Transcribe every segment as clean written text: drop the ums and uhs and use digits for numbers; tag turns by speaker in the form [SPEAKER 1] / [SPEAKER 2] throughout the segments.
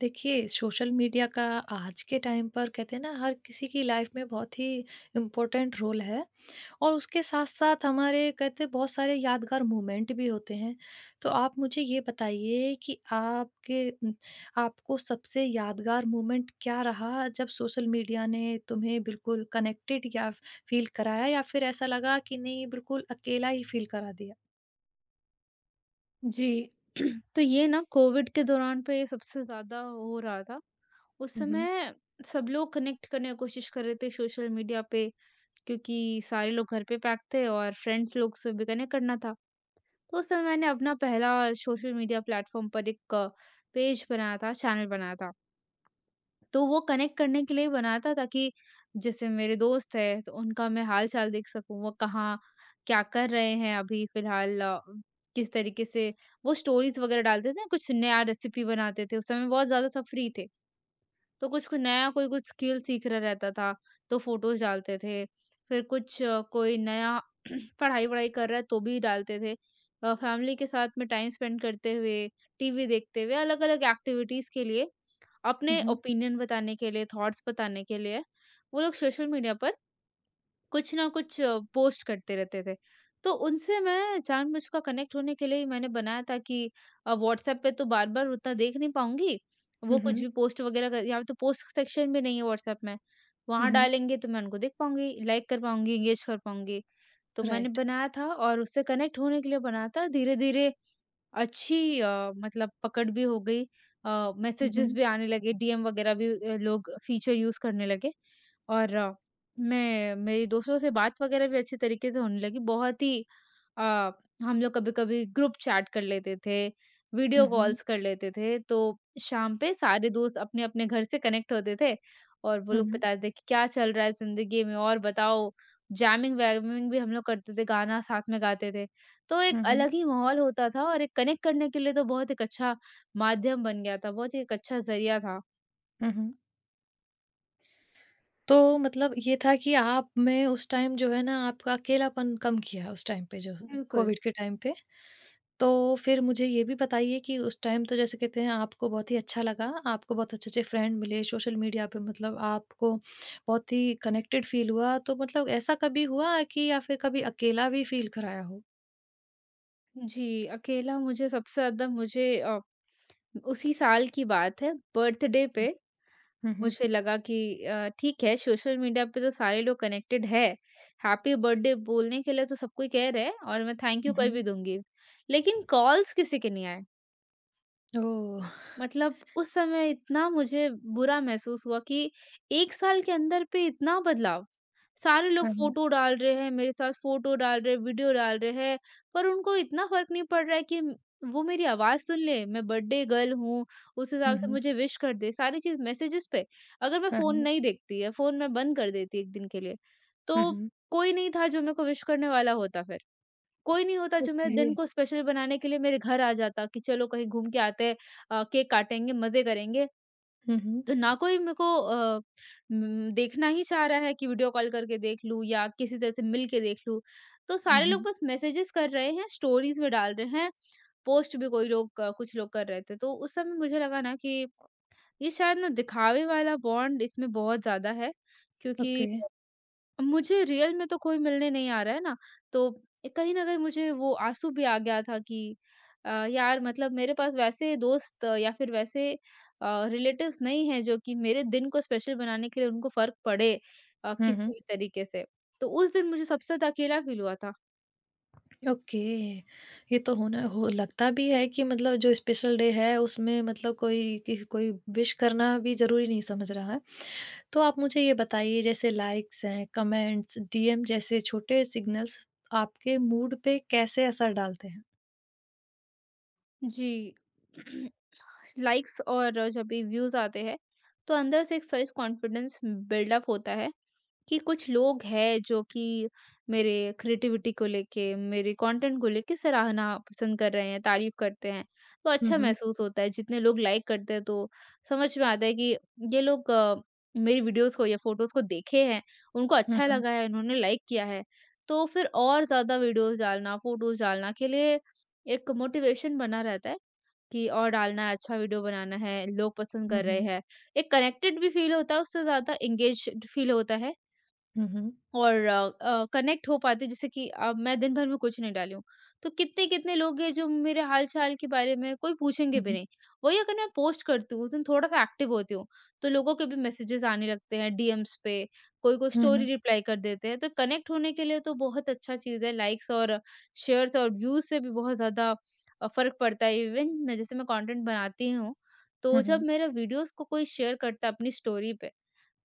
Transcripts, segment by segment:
[SPEAKER 1] देखिए, social media का आज के टाइम पर कहते हैं ना हर किसी की लाइफ में बहुत ही इम्पोर्टेंट रोल है और उसके साथ-साथ हमारे कहते हैं बहुत सारे यादगार मोमेंट भी होते हैं। तो आप मुझे ये बताइए कि आपके आपको सबसे यादगार मोमेंट क्या रहा जब सोशल मीडिया ने तुम्हें बिल्कुल कनेक्टेड या फ़ील कराया या फिर ऐसा लगा कि नहीं बिल्कुल अकेला ही फ़ील करा दिया?
[SPEAKER 2] जी। तो ये ना कोविड के दौरान पे सबसे ज़्यादा हो रहा था। उस
[SPEAKER 1] हुँ, हुँ।
[SPEAKER 2] समय सब लोग कनेक्ट करने की कोशिश कर रहे थे सोशल मीडिया पे क्योंकि सारे लोग घर पे पैक थे और फ्रेंड्स लोग से भी कनेक्ट करना था। तो उस समय मैंने अपना पहला सोशल मीडिया प्लेटफ़ॉर्म पर एक पेज बनाया था, चैनल बनाया था। तो वो कनेक्ट करने के लिए बनाया था ताकि जैसे मेरे दोस्त है तो उनका मैं हाल-चाल देख सकूँ, वो कहाँ क्या कर रहे हैं अभी फ़िलहाल किस तरीके से वो स्टोरीज़ वग़ैरह डालते थे ना कुछ नया रेसिपी बनाते थे, उस समय बहुत ज़्यादा सब फ्री थे। तो कुछ कोई नया कोई कुछ स्किल सीख रहा रहता था, तो फ़ोटोज़ डालते थे। फिर कुछ कोई नया पढ़ाई-वढ़ाई कर रहा है तो भी डालते थे। फैमिली के साथ में टाइम स्पेंड करते हुए, टीवी देखते हुए, अलग-अलग एक्टिविटीज़ के लिए, अपने
[SPEAKER 1] हुँ, हुँ।
[SPEAKER 2] ओपिनियन बताने के लिए, थॉट्स बताने के लिए, वो लोग सोशल मीडिया पर कुछ ना कुछ पोस्ट करते रहते थे। तो उनसे मैं जानबूझकर कनेक्ट होने के लिए ही मैंने बनाया था कि व्हाट्सएप पे तो बार-बार उतना देख नहीं पाऊँगी। वो
[SPEAKER 1] हुँ,
[SPEAKER 2] कुछ
[SPEAKER 1] हुँ।
[SPEAKER 2] भी पोस्ट वगैरह कर यहाँ पे तो पोस्ट सेक्शन भी नहीं है व्हाट्सएप में।
[SPEAKER 1] हुँ,
[SPEAKER 2] वहाँ
[SPEAKER 1] हुँ।
[SPEAKER 2] डालेंगे तो मैं उनको देख पाऊँगी, लाइक कर पाऊँगी, एंगेज कर पाऊँगी। तो मैंने
[SPEAKER 1] राइट।
[SPEAKER 2] बनाया था और उससे कनेक्ट होने के लिए बनाया था। धीरे-धीरे अच्छी मतलब पकड़ भी हो गई
[SPEAKER 1] हुँ,
[SPEAKER 2] मैसेजेस
[SPEAKER 1] हुँ।
[SPEAKER 2] भी आने लगे, डीएम वगैरह भी लोग फीचर यूज़ करने लगे और मैं मेरी दोस्तों से बात वगैरह भी अच्छे तरीके से होने लगी। बहुत ही अ, हम लोग कभी-कभी ग्रुप चैट कर लेते थे, वीडियो
[SPEAKER 1] हुँ, हुँ।
[SPEAKER 2] कॉल्स कर लेते थे, तो शाम पे सारे दोस्त अपने-अपने घर से कनेक्ट होते थे और वो
[SPEAKER 1] हुँ,
[SPEAKER 2] लोग
[SPEAKER 1] हुँ।
[SPEAKER 2] बताते थे कि क्या चल रहा है ज़िंदगी में और बताओ। जैमिंग-वैमिंग भी हम लोग करते थे, गाना साथ में गाते थे। तो
[SPEAKER 1] हुँ,
[SPEAKER 2] एक
[SPEAKER 1] हुँ।
[SPEAKER 2] अलग ही माहौल होता था और एक कनेक्ट करने के लिए तो बहुत एक अच्छा माध्यम बन गया था, बहुत ही एक अच्छा ज़रिया था।
[SPEAKER 1] हुँ, हुँ। तो मतलब ये था कि आप में उस टाइम जो है ना आपका अकेलापन कम किया उस टाइम पे जो
[SPEAKER 2] बिल्कुल।
[SPEAKER 1] कोविड के टाइम पे। तो फिर मुझे ये भी बताइए कि उस टाइम तो जैसे कहते हैं आपको बहुत ही अच्छा लगा, आपको बहुत अच्छे-अच्छे फ्रेंड मिले, सोशल मीडिया पे मतलब आपको बहुत ही कनेक्टेड फ़ील हुआ। तो मतलब ऐसा कभी हुआ कि या फिर कभी अकेला भी फ़ील कराया हो?
[SPEAKER 2] जी, अकेला मुझे सबसे ज़्यादा उसी साल की बात है बर्थडे पे
[SPEAKER 1] हुँ, हुँ,
[SPEAKER 2] मुझे लगा कि ठीक है सोशल मीडिया पे तो सारे लोग कनेक्टेड है, हैप्पी बर्थडे बोलने के लिए तो सब कोई कह रहे हैं और मैं थैंक यू
[SPEAKER 1] हुँ, हुँ,
[SPEAKER 2] कर
[SPEAKER 1] हुँ।
[SPEAKER 2] भी दूँगी। लेकिन कॉल्स किसी के नहीं आए।
[SPEAKER 1] ओह!
[SPEAKER 2] मतलब उस समय इतना मुझे बुरा महसूस हुआ कि 1 साल के अंदर पे इतना बदलाव! सारे लोग
[SPEAKER 1] हाँ, हाँ।
[SPEAKER 2] फ़ोटो डाल रहे हैं, मेरे साथ फ़ोटो डाल रहे हैं, वीडियो डाल रहे हैं, पर उनको इतना फ़र्क नहीं पड़ रहा है कि वो मेरी आवाज़ सुन ले, मैं बर्थडे गर्ल हूँ, उस हिसाब
[SPEAKER 1] हुँ,
[SPEAKER 2] से
[SPEAKER 1] हुँ।
[SPEAKER 2] मुझे विश कर दे, सारी चीज़ मैसेजेस पे। अगर मैं
[SPEAKER 1] हाँ,
[SPEAKER 2] फ़ोन
[SPEAKER 1] हाँ।
[SPEAKER 2] नहीं देखती या फ़ोन मैं बंद कर देती 1 दिन के लिए,
[SPEAKER 1] हुँ,
[SPEAKER 2] तो
[SPEAKER 1] हुँ।
[SPEAKER 2] कोई नहीं था जो मेरे को विश करने वाला होता फिर। कोई नहीं होता जो मेरे
[SPEAKER 1] ओके।
[SPEAKER 2] दिन को स्पेशल बनाने के लिए मेरे घर आ जाता कि चलो कहीं घूम के आते हैं, केक काटेंगे, मज़े करेंगे।
[SPEAKER 1] हुँ, हुँ।
[SPEAKER 2] तो ना कोई मेरे को देखना ही चाह रहा है कि वीडियो कॉल करके देख लूँ या किसी तरह से मिल के देख लूँ। तो
[SPEAKER 1] हुँ,
[SPEAKER 2] सारे लोग
[SPEAKER 1] हुँ।
[SPEAKER 2] बस मैसेजेस कर रहे हैं, स्टोरीज़ में डाल रहे हैं, पोस्ट भी कोई लोग कुछ लोग कर रहे थे। तो उस समय मुझे लगा ना कि ये शायद ना दिखावे वाला बॉन्ड इसमें बहुत ज़्यादा है क्योंकि
[SPEAKER 1] ओके।
[SPEAKER 2] मुझे रियल में तो कोई मिलने नहीं आ रहा है ना, तो कहीं न कहीं मुझे वो आँसू भी आ गया था कि यार मतलब मेरे पास वैसे दोस्त या फिर वैसे रिलेटिव्स नहीं हैं जो कि मेरे दिन को स्पेशल बनाने के लिए उनको फ़र्क पड़े
[SPEAKER 1] हुँ,
[SPEAKER 2] किसी
[SPEAKER 1] हुँ।
[SPEAKER 2] भी तरीके से। तो उस दिन मुझे सबसे ज़्यादा अकेला फ़ील हुआ था।
[SPEAKER 1] ओके। ये तो होना हो लगता भी है कि मतलब जो स्पेशल डे है उसमें मतलब कोई किसी कोई विश करना भी जरूरी नहीं समझ रहा है। तो आप मुझे ये बताइए जैसे लाइक्स हैं कमेंट्स डीएम जैसे छोटे सिग्नल्स आपके मूड पे कैसे असर डालते हैं?
[SPEAKER 2] जी। लाइक्स और जब भी व्यूज़ आते हैं, तो अंदर से एक सेल्फ कॉन्फिडेंस बिल्डअप होता है। कि कुछ लोग हैं जो कि मेरे क्रिएटिविटी को लेके, मेरे कंटेंट को लेके सराहना पसंद कर रहे हैं, तारीफ़ करते हैं, तो अच्छा
[SPEAKER 1] हम्म
[SPEAKER 2] महसूस होता है। जितने लोग लाइक करते हैं तो समझ में आता है कि ये लोग मेरी वीडियोज़ को या फ़ोटोज़ को देखे हैं, उनको
[SPEAKER 1] हम्म।
[SPEAKER 2] अच्छा
[SPEAKER 1] हम्म।
[SPEAKER 2] लगा है, उन्होंने लाइक किया है। तो फिर और ज़्यादा वीडियोज़ डालना, फ़ोटोज़ डालना के लिए एक मोटिवेशन बना रहता है कि और डालना है, अच्छा वीडियो बनाना है, लोग पसंद कर रहे
[SPEAKER 1] हम्म।
[SPEAKER 2] हैं। एक कनेक्टेड भी फ़ील होता है, उससे ज़्यादा एंगेज्ड फ़ील होता है।
[SPEAKER 1] हम्म।
[SPEAKER 2] और कनेक्ट हो पाते हो जैसे कि अब मैं दिन भर में कुछ नहीं डाली हूँ, तो कितने-कितने लोग हैं जो मेरे हाल-चाल के बारे में कोई पूछेंगे भी
[SPEAKER 1] हम्म।
[SPEAKER 2] नहीं। वही अगर मैं पोस्ट करती हूँ, उस दिन थोड़ा-सा एक्टिव होती हूँ, तो लोगों के भी मैसेजेस आने लगते हैं डीएम्स पे, कोई-कोई
[SPEAKER 1] हम्म।
[SPEAKER 2] स्टोरी
[SPEAKER 1] हम्म।
[SPEAKER 2] रिप्लाई कर देते हैं, तो कनेक्ट होने के लिए तो बहुत अच्छा चीज़ है लाइक्स और शेयर्स और व्यूज़ से भी बहुत ज़्यादा फ़र्क पड़ता है। इवन मैं जैसे मैं कंटेंट बनाती हूँ, तो जब
[SPEAKER 1] हम्म।
[SPEAKER 2] मेरे वीडियोज़ को कोई शेयर करता है अपनी स्टोरी पे,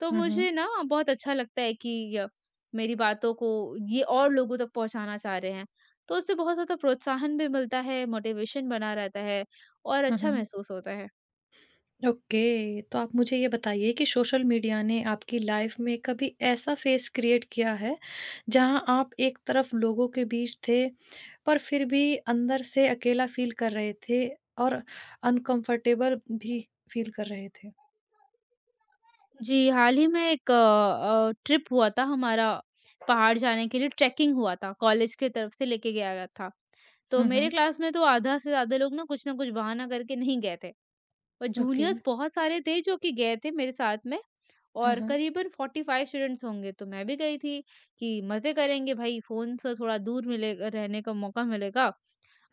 [SPEAKER 2] तो
[SPEAKER 1] हम्म। हम्म।
[SPEAKER 2] मुझे ना बहुत अच्छा लगता है कि मेरी बातों को ये और लोगों तक पहुँचाना चाह रहे हैं। तो उससे बहुत ज़्यादा प्रोत्साहन भी मिलता है, मोटिवेशन बना रहता है और
[SPEAKER 1] हम्म।
[SPEAKER 2] अच्छा
[SPEAKER 1] हम्म।
[SPEAKER 2] महसूस होता है।
[SPEAKER 1] ओके, तो आप मुझे ये बताइए कि सोशल मीडिया ने आपकी लाइफ में कभी ऐसा फेस क्रिएट किया है, जहाँ आप एक तरफ लोगों के बीच थे, पर फिर भी अंदर से अकेला फ़ील कर रहे थे और अनकम्फ़र्टेबल भी फ़ील कर रहे थे?
[SPEAKER 2] जी, हाल ही में एक ट्रिप हुआ था हमारा पहाड़ जाने के लिए ट्रैकिंग हुआ था, कॉलेज की तरफ से लेके गया गया था। तो
[SPEAKER 1] हुँ,
[SPEAKER 2] मेरे
[SPEAKER 1] हुँ,
[SPEAKER 2] क्लास में तो आधा से ज़्यादा लोग ना कुछ बहाना करके नहीं गए थे और
[SPEAKER 1] ओके,
[SPEAKER 2] जूनियर्स बहुत सारे थे जो कि गए थे मेरे साथ में
[SPEAKER 1] हाँ,
[SPEAKER 2] और
[SPEAKER 1] हाँ,
[SPEAKER 2] करीबन 45 स्टूडेंट्स होंगे तो मैं भी गई थी कि मज़े करेंगे भाई फ़ोन से थोड़ा दूर मिले रहने का मौका मिलेगा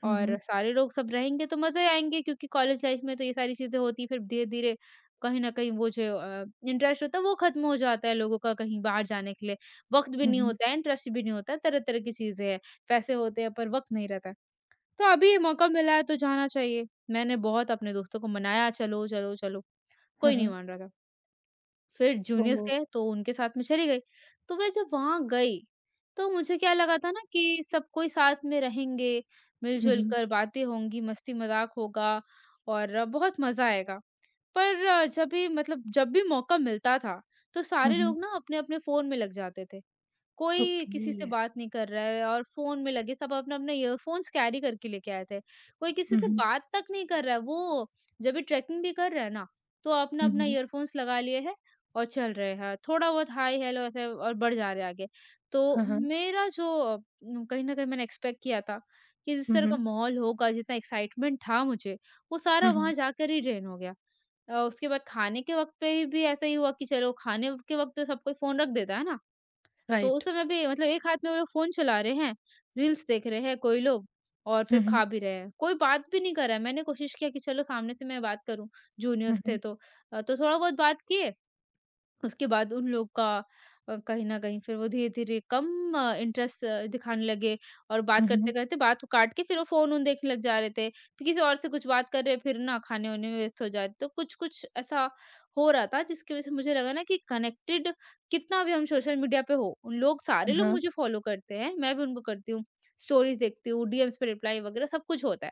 [SPEAKER 1] हुँ,
[SPEAKER 2] और
[SPEAKER 1] हुँ,
[SPEAKER 2] सारे लोग सब रहेंगे तो मज़े आएँगे क्योंकि कॉलेज लाइफ़ में तो ये सारी चीज़ें होती हैं फिर धीरे-धीरे कहीं न कहीं वो जो इंटरेस्ट होता है वो ख़त्म हो जाता है लोगों का कहीं बाहर जाने के लिए। वक़्त भी
[SPEAKER 1] हुँ,
[SPEAKER 2] नहीं
[SPEAKER 1] हुँ,
[SPEAKER 2] होता है, इंटरेस्ट भी नहीं होता है, तरह-तरह की चीज़ें हैं। पैसे होते हैं पर वक़्त नहीं रहता है। तो अभी ये मौका मिला है तो जाना चाहिए। मैंने बहुत अपने दोस्तों को मनाया चलो, चलो, चलो,
[SPEAKER 1] हाँ,
[SPEAKER 2] कोई नहीं
[SPEAKER 1] हाँ,
[SPEAKER 2] मान रहा था। फिर जूनियर्स
[SPEAKER 1] ओह!
[SPEAKER 2] गए तो उनके साथ में चली गई। तो मैं जब वहाँ गई, तो मुझे क्या लगा था ना कि सब कोई साथ में रहेंगे,
[SPEAKER 1] हुँ,
[SPEAKER 2] मिल-जुल
[SPEAKER 1] हुँ,
[SPEAKER 2] कर बातें होंगी, मस्ती-मज़ाक होगा और बहुत मज़ा आएगा। पर जब भी मतलब जब भी मौका मिलता था, तो
[SPEAKER 1] हुँ,
[SPEAKER 2] सारे
[SPEAKER 1] हुँ,
[SPEAKER 2] लोग ना अपने-अपने फ़ोन में लग जाते थे। कोई किसी से
[SPEAKER 1] ओके,
[SPEAKER 2] बात नहीं कर रहा है और फ़ोन में लगे सब अपना-अपना ईयरफ़ोन्स कैरी करके लेके आए थे। कोई किसी
[SPEAKER 1] हुँ,
[SPEAKER 2] से
[SPEAKER 1] हुँ,
[SPEAKER 2] बात तक नहीं कर रहा है, वो जब भी ट्रैकिंग भी कर रहा है ना, तो
[SPEAKER 1] हुँ,
[SPEAKER 2] अपना-अपना
[SPEAKER 1] हुँ,
[SPEAKER 2] ईयरफ़ोन्स लगा लिए हैं और चल रहे हैं। थोड़ा बहुत हाय हेलो ऐसे और बढ़ जा रहे हैं आगे। तो
[SPEAKER 1] हाँ, हाँ,
[SPEAKER 2] मेरा जो कहीं न कहीं मैंने एक्सपेक्ट किया था कि जिस
[SPEAKER 1] हुँ,
[SPEAKER 2] तरह का
[SPEAKER 1] हुँ,
[SPEAKER 2] माहौल होगा, जितना एक्साइटमेंट था मुझे, वो सारा
[SPEAKER 1] हुँ, हुँ,
[SPEAKER 2] वहाँ जाकर ही ड्रेन हो गया। उसके बाद खाने के वक़्त पे ही भी ऐसा ही हुआ कि चलो खाने के वक़्त तो सब कोई फ़ोन रख देता है ना? तो
[SPEAKER 1] राइट,
[SPEAKER 2] उस समय भी मतलब एक हाथ में वो लोग फ़ोन चला रहे हैं, रील्स देख रहे हैं कोई लोग और
[SPEAKER 1] हुँ,
[SPEAKER 2] फिर
[SPEAKER 1] हुँ,
[SPEAKER 2] खा भी रहे हैं। कोई बात भी नहीं कर रहा है। मैंने कोशिश किया कि चलो सामने से मैं बात करूँ,
[SPEAKER 1] हुँ,
[SPEAKER 2] जूनियर्स थे
[SPEAKER 1] हुँ,
[SPEAKER 2] तो। तो थोड़ा बहुत बात किए उसके बाद उन लोग का कहीं न कहीं फिर वो धीरे-धीरे कम इंटरेस्ट दिखाने लगे और बात
[SPEAKER 1] हुँ, हुँ,
[SPEAKER 2] करते-करते बात को काट के फिर वो फ़ोन वोन देखने लग जा रहे थे। फिर किसी और से कुछ बात कर रहे फिर ना खाने-वाने में व्यस्त हो जा रहे। तो कुछ-कुछ ऐसा हो रहा था जिसकी वज़ह से मुझे लगा ना कि कनेक्टेड कितना भी हम सोशल मीडिया पे हो, उन लोग सारे
[SPEAKER 1] हाँ,
[SPEAKER 2] लोग
[SPEAKER 1] हाँ,
[SPEAKER 2] मुझे फ़ॉलो करते हैं, मैं भी उनको करती हूँ। स्टोरीज़ देखती हूँ, डीएम्स पे रिप्लाई वगैरह सब कुछ होता है।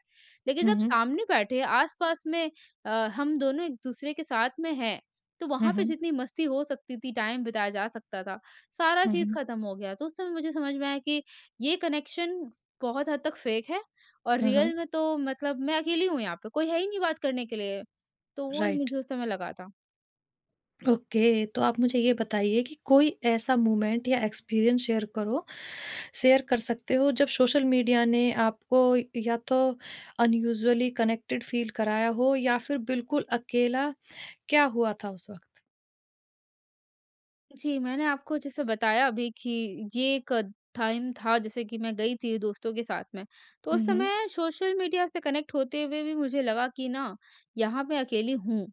[SPEAKER 2] लेकिन
[SPEAKER 1] हुँ,
[SPEAKER 2] जब
[SPEAKER 1] हुँ,
[SPEAKER 2] सामने बैठे आस-पास में हम दोनों एक-दूसरे के साथ में हैं तो
[SPEAKER 1] हुँ,
[SPEAKER 2] वहाँ पे
[SPEAKER 1] हुँ,
[SPEAKER 2] जितनी मस्ती हो सकती थी, टाइम बिताया जा सकता था, सारा
[SPEAKER 1] हुँ,
[SPEAKER 2] चीज़
[SPEAKER 1] हुँ,
[SPEAKER 2] खत्म हो गया। तो उस समय मुझे समझ में आया कि ये कनेक्शन बहुत हद तक फेक है और
[SPEAKER 1] हाँ, हाँ।
[SPEAKER 2] रियल में तो मतलब मैं अकेली हूँ यहाँ पे, कोई है ही नहीं बात करने के लिए। तो वो
[SPEAKER 1] राइट,
[SPEAKER 2] मुझे उस समय लगा था।
[SPEAKER 1] ओके। तो आप मुझे ये बताइए कि कोई ऐसा मोमेंट या एक्सपीरियंस शेयर करो शेयर कर सकते हो जब सोशल मीडिया ने आपको या तो अनयूजुअली कनेक्टेड फ़ील कराया हो या फिर बिल्कुल अकेला, क्या हुआ था उस वक़्त?
[SPEAKER 2] जी, मैंने आपको जैसे बताया अभी कि ये एक टाइम था जैसे कि मैं गई थी दोस्तों के साथ में, तो
[SPEAKER 1] हुँ,
[SPEAKER 2] उस
[SPEAKER 1] हुँ।
[SPEAKER 2] समय सोशल मीडिया से कनेक्ट होते हुए भी मुझे लगा कि ना, यहाँ मैं अकेली हूँ।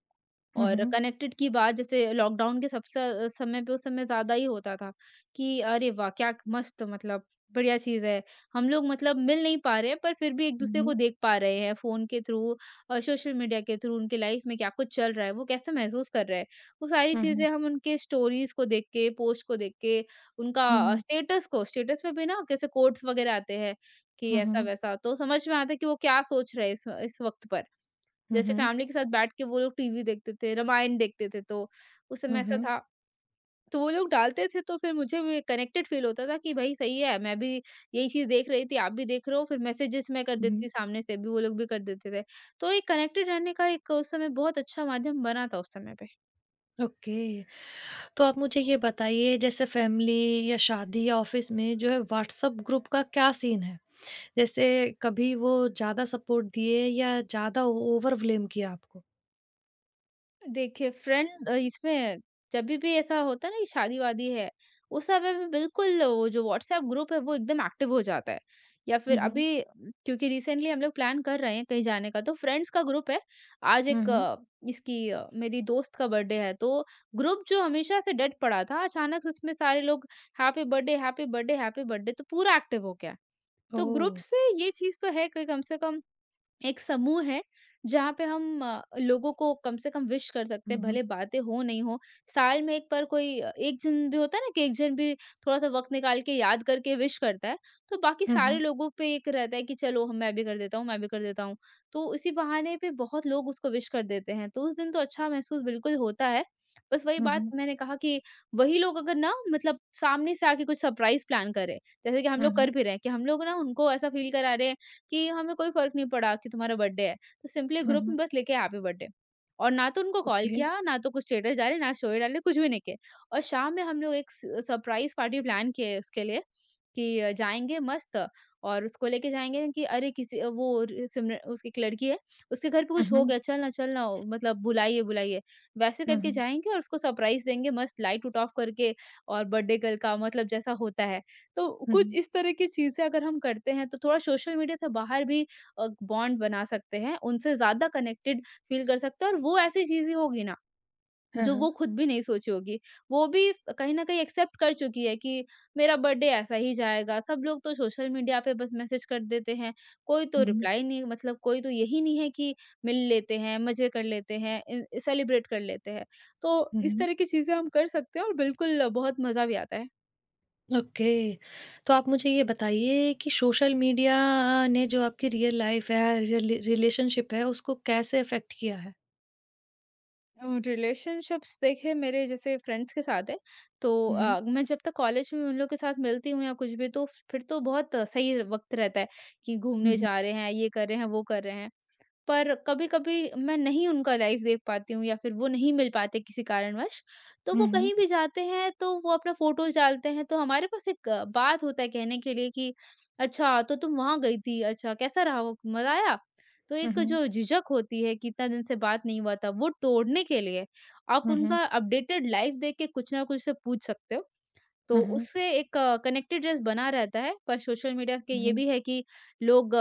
[SPEAKER 1] हुँ,
[SPEAKER 2] और
[SPEAKER 1] हुँ।
[SPEAKER 2] कनेक्टेड की बात जैसे लॉकडाउन के सबसे समय पे उस समय ज़्यादा ही होता था कि अरे वाह! क्या मस्त मतलब बढ़िया चीज़ है। हम लोग मतलब मिल नहीं पा रहे हैं, पर फिर भी
[SPEAKER 1] हुँ,
[SPEAKER 2] एक-दूसरे
[SPEAKER 1] हुँ।
[SPEAKER 2] को देख पा रहे हैं फ़ोन के थ्रू और सोशल मीडिया के थ्रू उनकी लाइफ़ में क्या कुछ चल रहा है, वो कैसे महसूस कर रहे हैं। वो सारी
[SPEAKER 1] हुँ,
[SPEAKER 2] चीज़ें
[SPEAKER 1] हुँ।
[SPEAKER 2] हम उनके स्टोरीज़ को देख के, पोस्ट को देख के, उनका
[SPEAKER 1] हुँ,
[SPEAKER 2] स्टेटस में भी ना कैसे कोट्स वगैरह आते हैं कि
[SPEAKER 1] हुँ। हुँ, हुँ।
[SPEAKER 2] ऐसा-वैसा तो समझ में आता है कि वो क्या सोच रहे हैं इस वक़्त पर।
[SPEAKER 1] हुँ,
[SPEAKER 2] जैसे
[SPEAKER 1] हुँ।
[SPEAKER 2] फैमिली के साथ बैठ के वो लोग टीवी देखते थे, रामायण देखते थे तो उस समय
[SPEAKER 1] हुँ,
[SPEAKER 2] ऐसा
[SPEAKER 1] हुँ।
[SPEAKER 2] था। तो वो लोग डालते थे तो फिर मुझे भी कनेक्टेड फ़ील होता था कि भई सही है, मैं भी यही चीज़ देख रही थी, आप भी देख रहे हो, फिर मैसेजेस मैं कर
[SPEAKER 1] हुँ,
[SPEAKER 2] देती
[SPEAKER 1] हुँ।
[SPEAKER 2] थी सामने से भी, वो लोग भी कर देते थे। तो एक कनेक्टेड रहने का एक उस समय बहुत अच्छा माध्यम बना था उस समय पे।
[SPEAKER 1] ओके। तो आप मुझे ये बताइए जैसे फैमिली या शादी या ऑफ़िस में जो है व्हाट्सएप ग्रुप का क्या सीन है? जैसे कभी वो ज़्यादा सपोर्ट दिए या ज़्यादा ओवर ब्लेम किया आपको?
[SPEAKER 2] देखिए फ्रेंड इसमें जभी भी ऐसा होता है ना कि शादी-वादी है, उस समय भी बिल्कुल वो जो व्हाट्सएप ग्रुप है वो एकदम एक्टिव हो जाता है। या फिर
[SPEAKER 1] हुँ,
[SPEAKER 2] अभी क्योंकि रिसेंटली हम लोग प्लान कर रहे हैं कहीं जाने का, तो फ्रेंड्स का ग्रुप है। आज
[SPEAKER 1] हुँ,
[SPEAKER 2] एक
[SPEAKER 1] हुँ।
[SPEAKER 2] इसकी मेरी दोस्त का बर्थडे है, तो ग्रुप जो हमेशा से डेड पड़ा था अचानक से उसमें सारे लोग happy birthday, happy birthday, happy birthday, तो पूरा एक्टिव हो गया। तो ग्रुप
[SPEAKER 1] ओह!
[SPEAKER 2] से ये चीज़ तो है कि कम से कम एक समूह है जहाँ पे हम लोगों को कम से कम विश कर सकते
[SPEAKER 1] हुँ,
[SPEAKER 2] हैं,
[SPEAKER 1] हुँ,
[SPEAKER 2] भले बातें हो नहीं हो। साल में एक पर कोई एक जन भी होता है ना कि एक जन भी थोड़ा सा वक्त निकाल के याद करके विश करता है, तो बाकी
[SPEAKER 1] हुँ,
[SPEAKER 2] सारे
[SPEAKER 1] हुँ,
[SPEAKER 2] लोगों पे एक रहता है कि चलो हम मैं भी कर देता हूँ, मैं भी कर देता हूँ। तो इसी बहाने पे बहुत लोग उसको विश कर देते हैं, तो उस दिन तो अच्छा महसूस बिल्कुल होता है। बस वही
[SPEAKER 1] हुँ,
[SPEAKER 2] बात
[SPEAKER 1] हुँ,
[SPEAKER 2] मैंने कहा कि वही लोग अगर ना मतलब सामने से आके कुछ सरप्राइज प्लान करें, जैसे कि हम
[SPEAKER 1] हुँ,
[SPEAKER 2] लोग
[SPEAKER 1] हुँ,
[SPEAKER 2] कर भी रहे हैं कि हम लोग ना उनको ऐसा फील करा रहे हैं कि हमें कोई फ़र्क नहीं पड़ा कि तुम्हारा बर्थडे है। तो सिंपली
[SPEAKER 1] हुँ,
[SPEAKER 2] ग्रुप
[SPEAKER 1] हुँ।
[SPEAKER 2] में बस लिखे हैप्पी बर्थडे, और ना तो उनको कॉल
[SPEAKER 1] ओके।
[SPEAKER 2] किया, ना तो कुछ स्टेटस डाले, ना स्टोरी डाली, कुछ भी नहीं किए। और शाम में हम लोग एक स सरप्राइज़ पार्टी प्लान किए उसके लिए कि जाएँगे मस्त और उसको लेके जाएँगे कि अरे किसी वो र सिमर उसकी एक लड़की है, उसके घर पे
[SPEAKER 1] हुँ,
[SPEAKER 2] कुछ हो
[SPEAKER 1] हुँ,
[SPEAKER 2] गया, चल ना, चल ना, मतलब बुलाइए, बुलाइए। वैसे
[SPEAKER 1] हुँ,
[SPEAKER 2] करके
[SPEAKER 1] हुँ,
[SPEAKER 2] जाएँगे और उसको सरप्राइज़ देंगे, मस्त लाइट-उट ऑफ करके और बर्थडे गर्ल का मतलब जैसा होता है। तो
[SPEAKER 1] हुँ,
[SPEAKER 2] कुछ
[SPEAKER 1] हुँ।
[SPEAKER 2] इस तरह की चीज़ें अगर हम करते हैं, तो थोड़ा सोशल मीडिया से बाहर भी बॉन्ड बना सकते हैं, उनसे ज़्यादा कनेक्टेड फ़ील कर सकते हैं और वो ऐसी चीज़ें होगी ना,
[SPEAKER 1] हाँ,
[SPEAKER 2] जो वो
[SPEAKER 1] हाँ।
[SPEAKER 2] खुद भी नहीं सोची होगी। वो भी कहीं न कहीं एक्सेप्ट कर चुकी है कि मेरा बर्थडे ऐसा ही जाएगा, सब लोग तो सोशल मीडिया पे बस मैसेज कर देते हैं, कोई तो
[SPEAKER 1] हुँ, हुँ,
[SPEAKER 2] रिप्लाई नहीं, मतलब कोई तो यही नहीं है कि मिल लेते हैं, मज़े कर लेते हैं, इन सेलिब्रेट कर लेते हैं। तो
[SPEAKER 1] हुँ,
[SPEAKER 2] इस
[SPEAKER 1] हुँ।
[SPEAKER 2] तरह की चीज़ें हम कर सकते हैं और बिल्कुल बहुत मज़ा भी आता है।
[SPEAKER 1] ओके। तो आप मुझे ये बताइए कि सोशल मीडिया ने जो आपकी रियल लाइफ़ है, रिलेशनशिप है, उसको कैसे अफ़ेक्ट किया है?
[SPEAKER 2] रिलेशनशिप्स देखिए मेरे जैसे फ्रेंड्स के साथ है, तो
[SPEAKER 1] हुँ, हुँ,
[SPEAKER 2] मैं जब तक कॉलेज में उन लोग के साथ मिलती हूँ या कुछ भी, तो फिर तो बहुत सही वक्त रहता है कि घूमने
[SPEAKER 1] हुँ,
[SPEAKER 2] जा रहे हैं, ये कर रहे हैं, वो कर रहे हैं। पर कभी-कभी मैं नहीं उनका लाइफ़ देख पाती हूँ या फिर वो नहीं मिल पाते किसी कारणवश, तो वो
[SPEAKER 1] हुँ, हुँ,
[SPEAKER 2] कहीं भी जाते हैं तो वो अपना फ़ोटोज़ डालते हैं, तो हमारे पास एक बात होता है कहने के लिए कि अच्छा तो तुम वहाँ गई थी, अच्छा कैसा रहा वो, मज़ा आया? तो
[SPEAKER 1] हुँ,
[SPEAKER 2] एक जो
[SPEAKER 1] हुँ,
[SPEAKER 2] झिझक होती है कि इतना दिन से बात नहीं हुआ था, वो तोड़ने के लिए आप
[SPEAKER 1] हुँ, हुँ, हुँ,
[SPEAKER 2] उनका अपडेटेड लाइफ़ देख के कुछ ना कुछ से पूछ सकते हो। तो
[SPEAKER 1] हुँ,
[SPEAKER 2] उससे एक कनेक्टेडनेस बना रहता है, पर सोशल मीडिया के
[SPEAKER 1] हुँ,
[SPEAKER 2] ये
[SPEAKER 1] हुँ, हुँ,
[SPEAKER 2] भी है कि लोग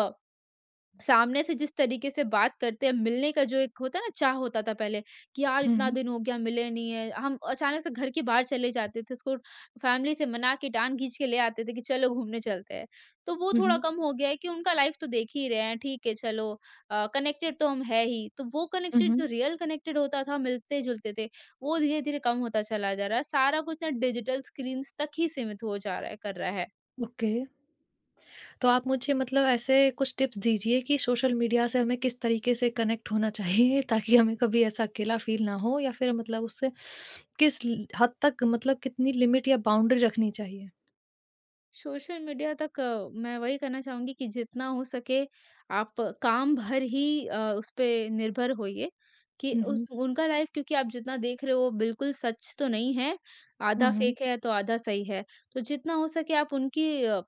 [SPEAKER 2] सामने से जिस तरीके से बात करते हैं, मिलने का जो एक होता है ना चाह, होता था पहले कि यार इतना
[SPEAKER 1] हुँ,
[SPEAKER 2] दिन हो गया मिले नहीं है। हम अचानक से घर के बाहर चले जाते थे, उसको फैमिली से मना के टाँग खींच के ले आते थे कि चलो घूमने चलते हैं। तो वो
[SPEAKER 1] हुँ,
[SPEAKER 2] थोड़ा
[SPEAKER 1] हुँ,
[SPEAKER 2] कम हो गया है कि उनका लाइफ तो देख ही रहे हैं, ठीक है चलो कनेक्टेड तो हम है ही। तो वो
[SPEAKER 1] हुँ,
[SPEAKER 2] कनेक्टेड जो
[SPEAKER 1] हुँ।
[SPEAKER 2] रियल कनेक्टेड होता था, मिलते-जुलते थे, वो धीरे-धीरे कम होता चला जा रहा है। सारा कुछ ना डिजिटल स्क्रीन्स तक ही सीमित हो जा रहा है, कर रहा है।
[SPEAKER 1] ओके। तो आप मुझे मतलब ऐसे कुछ टिप्स दीजिए कि सोशल मीडिया से हमें किस तरीके से कनेक्ट होना चाहिए ताकि हमें कभी ऐसा अकेला फील ना हो या फिर मतलब उससे हद तक मतलब कितनी लिमिट या बाउंड्री रखनी चाहिए?
[SPEAKER 2] सोशल मीडिया तक मैं वही कहना चाहूँगी कि जितना हो सके आप काम भर ही उस पे निर्भर होइए कि
[SPEAKER 1] हुँ,
[SPEAKER 2] उस
[SPEAKER 1] हुँ।
[SPEAKER 2] उनका लाइफ, क्योंकि आप जितना देख रहे हो बिल्कुल सच तो नहीं है,
[SPEAKER 1] हुँ,
[SPEAKER 2] आधा
[SPEAKER 1] हुँ।
[SPEAKER 2] फ़ेक है तो आधा सही है। तो जितना हो सके आप उनकी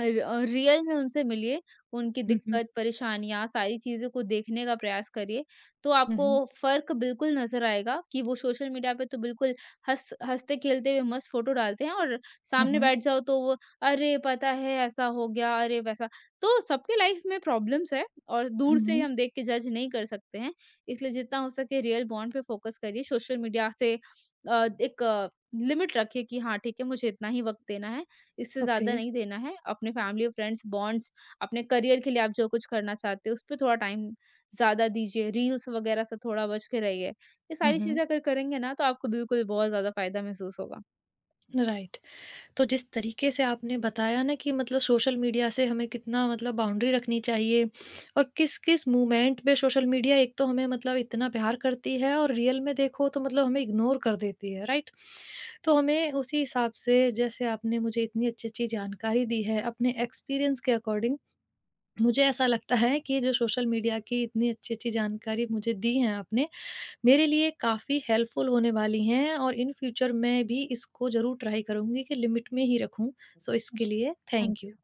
[SPEAKER 2] और रियल में उनसे मिलिए, उनकी
[SPEAKER 1] हुँ, हुँ।
[SPEAKER 2] दिक्कत, परेशानियाँ, सारी चीज़ों को देखने का प्रयास करिए, तो
[SPEAKER 1] हुँ,
[SPEAKER 2] आपको
[SPEAKER 1] हुँ।
[SPEAKER 2] फ़र्क बिल्कुल नज़र आएगा कि वो सोशल मीडिया पे तो बिल्कुल हँसते-खेलते हुए मस्त फ़ोटो डालते हैं और
[SPEAKER 1] हुँ,
[SPEAKER 2] सामने
[SPEAKER 1] हुँ।
[SPEAKER 2] बैठ जाओ तो वो, "अरे! पता है ऐसा हो गया, अरे वैसा।" तो सबके लाइफ़ में प्रॉब्लम्स है और
[SPEAKER 1] हुँ,
[SPEAKER 2] दूर से ही
[SPEAKER 1] हुँ।
[SPEAKER 2] हम देख के जज नहीं कर सकते हैं, इसलिए जितना हो सके रियल बॉन्ड पे फ़ोकस करिए, सोशल मीडिया से एक लिमिट रखिए कि हाँ, ठीक है, मुझे इतना ही वक़्त देना है। इससे
[SPEAKER 1] ओके।
[SPEAKER 2] ज़्यादा नहीं देना है। अपने फैमिली और फ्रेंड्स बॉन्ड्स, अपने करियर के लिए आप जो कुछ करना चाहते हो, उस पे थोड़ा टाइम ज़्यादा दीजिए, रील्स वगैरह से थोड़ा बच के रहिए। ये
[SPEAKER 1] हुँ,
[SPEAKER 2] सारी
[SPEAKER 1] हुँ।
[SPEAKER 2] चीज़ें अगर करेंगे ना, तो आपको बिल्कुल बहुत ज़्यादा फ़ायदा महसूस होगा।
[SPEAKER 1] राइट। तो जिस तरीके से आपने बताया ना कि मतलब सोशल मीडिया से हमें कितना मतलब बाउंड्री रखनी चाहिए और किस किस मोमेंट पे सोशल मीडिया एक तो हमें मतलब इतना प्यार करती है और रियल में देखो तो मतलब हमें इग्नोर कर देती है राइट। तो हमें उसी हिसाब से जैसे आपने मुझे इतनी अच्छी अच्छी जानकारी दी है अपने एक्सपीरियंस के अकॉर्डिंग मुझे ऐसा लगता है कि जो सोशल मीडिया की इतनी अच्छी अच्छी जानकारी मुझे दी है आपने मेरे लिए काफ़ी हेल्पफुल होने वाली हैं और इन फ्यूचर मैं भी इसको ज़रूर ट्राई करूँगी कि लिमिट में ही रखूँ। सो इसके
[SPEAKER 2] जी,
[SPEAKER 1] लिए थैंक
[SPEAKER 2] थैंक
[SPEAKER 1] यू।
[SPEAKER 2] यू।